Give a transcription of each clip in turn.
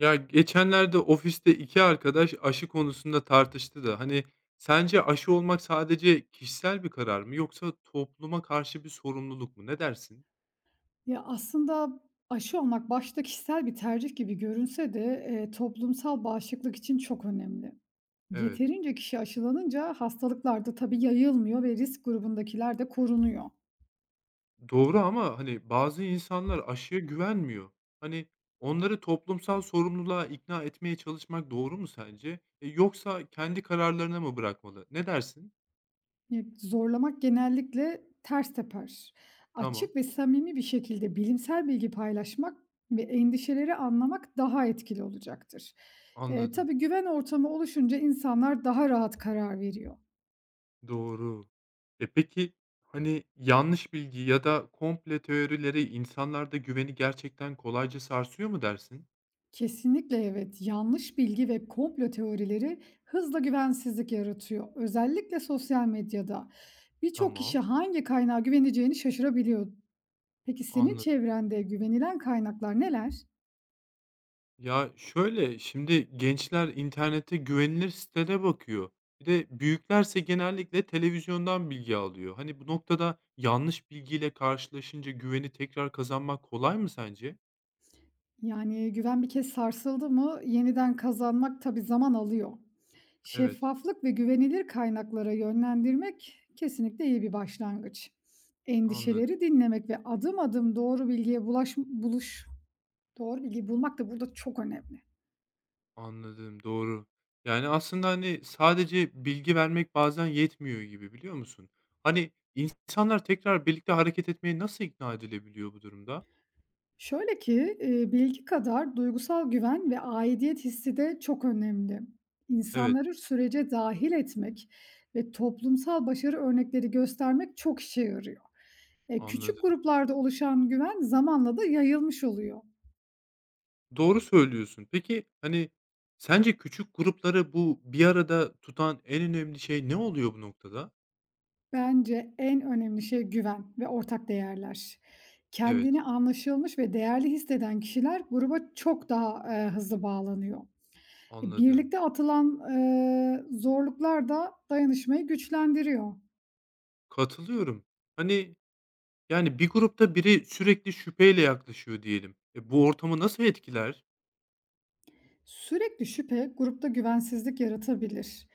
Ya, geçenlerde ofiste 2 arkadaş aşı konusunda tartıştı da, hani, sence aşı olmak sadece kişisel bir karar mı yoksa topluma karşı bir sorumluluk mu? Ne dersin? Ya, aslında aşı olmak başta kişisel bir tercih gibi görünse de, toplumsal bağışıklık için çok önemli. Evet. Yeterince kişi aşılanınca hastalıklar da tabii yayılmıyor ve risk grubundakiler de korunuyor. Doğru ama, hani, bazı insanlar aşıya güvenmiyor. Hani, onları toplumsal sorumluluğa ikna etmeye çalışmak doğru mu sence? Yoksa kendi kararlarına mı bırakmalı? Ne dersin? Zorlamak genellikle ters teper. Tamam, Açık ve samimi bir şekilde bilimsel bilgi paylaşmak ve endişeleri anlamak daha etkili olacaktır. Anladım. Tabii güven ortamı oluşunca insanlar daha rahat karar veriyor. Doğru. Peki, hani, yanlış bilgi ya da komple teorileri insanlarda güveni gerçekten kolayca sarsıyor mu dersin? Kesinlikle evet. Yanlış bilgi ve komplo teorileri hızla güvensizlik yaratıyor. Özellikle sosyal medyada. Birçok kişi Tamam, hangi kaynağa güveneceğini şaşırabiliyor. Peki senin anladım. çevrende güvenilen kaynaklar neler? Ya, şöyle, şimdi gençler internette güvenilir sitelere bakıyor. Bir de büyüklerse genellikle televizyondan bilgi alıyor. Hani, bu noktada yanlış bilgiyle karşılaşınca güveni tekrar kazanmak kolay mı sence? Yani güven bir kez sarsıldı mı yeniden kazanmak tabii zaman alıyor. Evet, Şeffaflık ve güvenilir kaynaklara yönlendirmek kesinlikle iyi bir başlangıç. anladım. Endişeleri dinlemek ve adım adım doğru bilgiye doğru bilgiyi bulmak da burada çok önemli. Anladım, doğru. Yani, aslında, hani, sadece bilgi vermek bazen yetmiyor gibi, biliyor musun? Hani, insanlar tekrar birlikte hareket etmeye nasıl ikna edilebiliyor bu durumda? Şöyle ki, bilgi kadar duygusal güven ve aidiyet hissi de çok önemli. Evet, İnsanları sürece dahil etmek ve toplumsal başarı örnekleri göstermek çok işe yarıyor. Küçük anladım. gruplarda oluşan güven zamanla da yayılmış oluyor. Doğru söylüyorsun. Peki, hani, sence küçük grupları bu bir arada tutan en önemli şey ne oluyor bu noktada? Bence en önemli şey güven ve ortak değerler. Evet, Kendini anlaşılmış ve değerli hisseden kişiler gruba çok daha hızlı bağlanıyor. Anladım. Birlikte zorluklar da dayanışmayı güçlendiriyor. Katılıyorum. Hani, yani, bir grupta biri sürekli şüpheyle yaklaşıyor diyelim. Bu ortamı nasıl etkiler? Sürekli şüphe grupta güvensizlik yaratabilir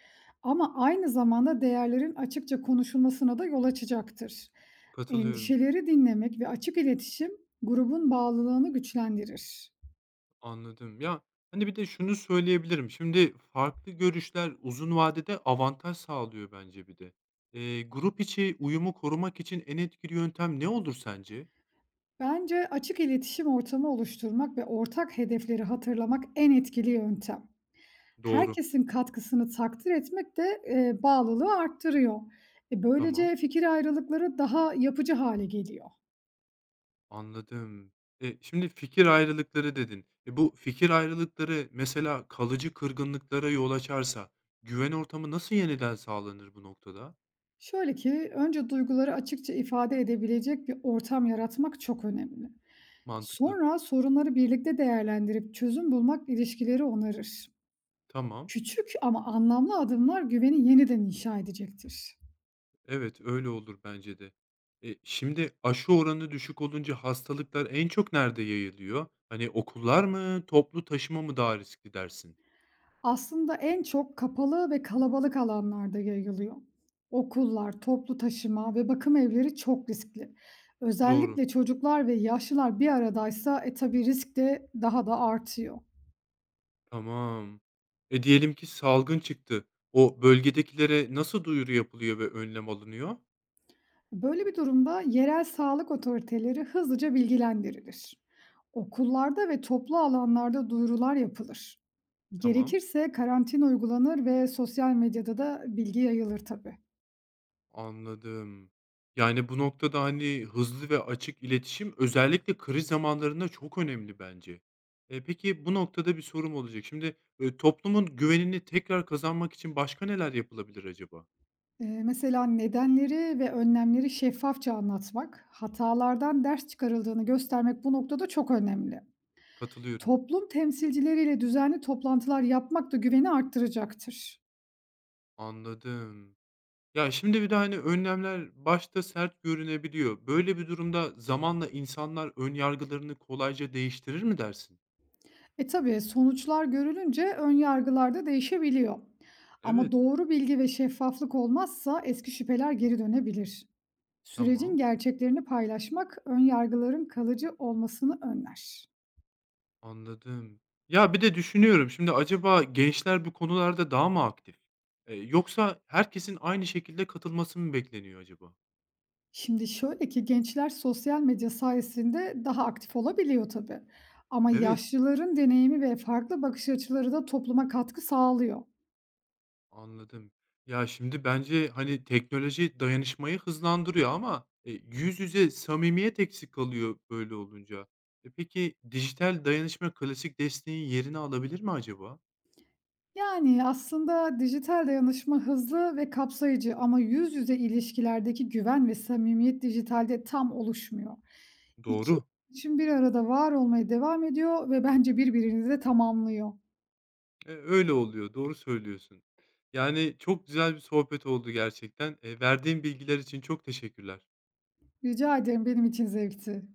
ama aynı zamanda değerlerin açıkça konuşulmasına da yol açacaktır. Katılıyorum. Endişeleri dinlemek ve açık iletişim grubun bağlılığını güçlendirir. Anladım. Ya, hani, bir de şunu söyleyebilirim. Şimdi farklı görüşler uzun vadede avantaj sağlıyor bence bir de. Grup içi uyumu korumak için en etkili yöntem ne olur sence? Bence açık iletişim ortamı oluşturmak ve ortak hedefleri hatırlamak en etkili yöntem. Doğru. Herkesin katkısını takdir etmek de, bağlılığı arttırıyor. Tamam, Böylece fikir ayrılıkları daha yapıcı hale geliyor. anladım. Şimdi fikir ayrılıkları dedin. Bu fikir ayrılıkları mesela kalıcı kırgınlıklara yol açarsa güven ortamı nasıl yeniden sağlanır bu noktada? Şöyle ki, önce duyguları açıkça ifade edebilecek bir ortam yaratmak çok önemli. Mantıklı. Sonra sorunları birlikte değerlendirip çözüm bulmak ilişkileri onarır. Tamam. Küçük ama anlamlı adımlar güveni yeniden inşa edecektir. Evet, öyle olur bence de. Şimdi aşı oranı düşük olunca hastalıklar en çok nerede yayılıyor? Hani okullar mı, toplu taşıma mı daha riskli dersin? Aslında en çok kapalı ve kalabalık alanlarda yayılıyor. Okullar, toplu taşıma ve bakım evleri çok riskli. Doğru. Özellikle çocuklar ve yaşlılar bir aradaysa e tabii risk de daha da artıyor. Tamam. Diyelim ki salgın çıktı. O bölgedekilere nasıl duyuru yapılıyor ve önlem alınıyor? Böyle bir durumda yerel sağlık otoriteleri hızlıca bilgilendirilir. Okullarda ve toplu alanlarda duyurular yapılır. Tamam. Gerekirse karantina uygulanır ve sosyal medyada da bilgi yayılır tabii. Anladım. Yani, bu noktada, hani, hızlı ve açık iletişim özellikle kriz zamanlarında çok önemli bence. Peki bu noktada bir sorum olacak. Şimdi, toplumun güvenini tekrar kazanmak için başka neler yapılabilir acaba? Mesela nedenleri ve önlemleri şeffafça anlatmak, hatalardan ders çıkarıldığını göstermek bu noktada çok önemli. Katılıyorum. Toplum temsilcileriyle düzenli toplantılar yapmak da güveni arttıracaktır. Anladım. Ya, şimdi bir de, hani, önlemler başta sert görünebiliyor. Böyle bir durumda zamanla insanlar ön yargılarını kolayca değiştirir mi dersin? E tabii sonuçlar görülünce ön yargılar da değişebiliyor. Ama Evet, doğru bilgi ve şeffaflık olmazsa eski şüpheler geri dönebilir. Sürecin tamam. gerçeklerini paylaşmak ön yargıların kalıcı olmasını önler. Anladım. Ya, bir de düşünüyorum, şimdi acaba gençler bu konularda daha mı aktif? Yoksa herkesin aynı şekilde katılması mı bekleniyor acaba? Şimdi şöyle ki gençler sosyal medya sayesinde daha aktif olabiliyor tabii. Ama Evet, yaşlıların deneyimi ve farklı bakış açıları da topluma katkı sağlıyor. anladım. Ya, şimdi bence, hani, teknoloji dayanışmayı hızlandırıyor ama, yüz yüze samimiyet eksik kalıyor böyle olunca. Peki dijital dayanışma klasik desteğin yerini alabilir mi acaba? Yani aslında dijital dayanışma hızlı ve kapsayıcı ama yüz yüze ilişkilerdeki güven ve samimiyet dijitalde tam oluşmuyor. İki Doğru. için bir arada var olmaya devam ediyor ve bence birbirini de tamamlıyor. Öyle oluyor, doğru söylüyorsun. Yani, çok güzel bir sohbet oldu gerçekten. Verdiğin bilgiler için çok teşekkürler. Rica ederim, benim için zevkti.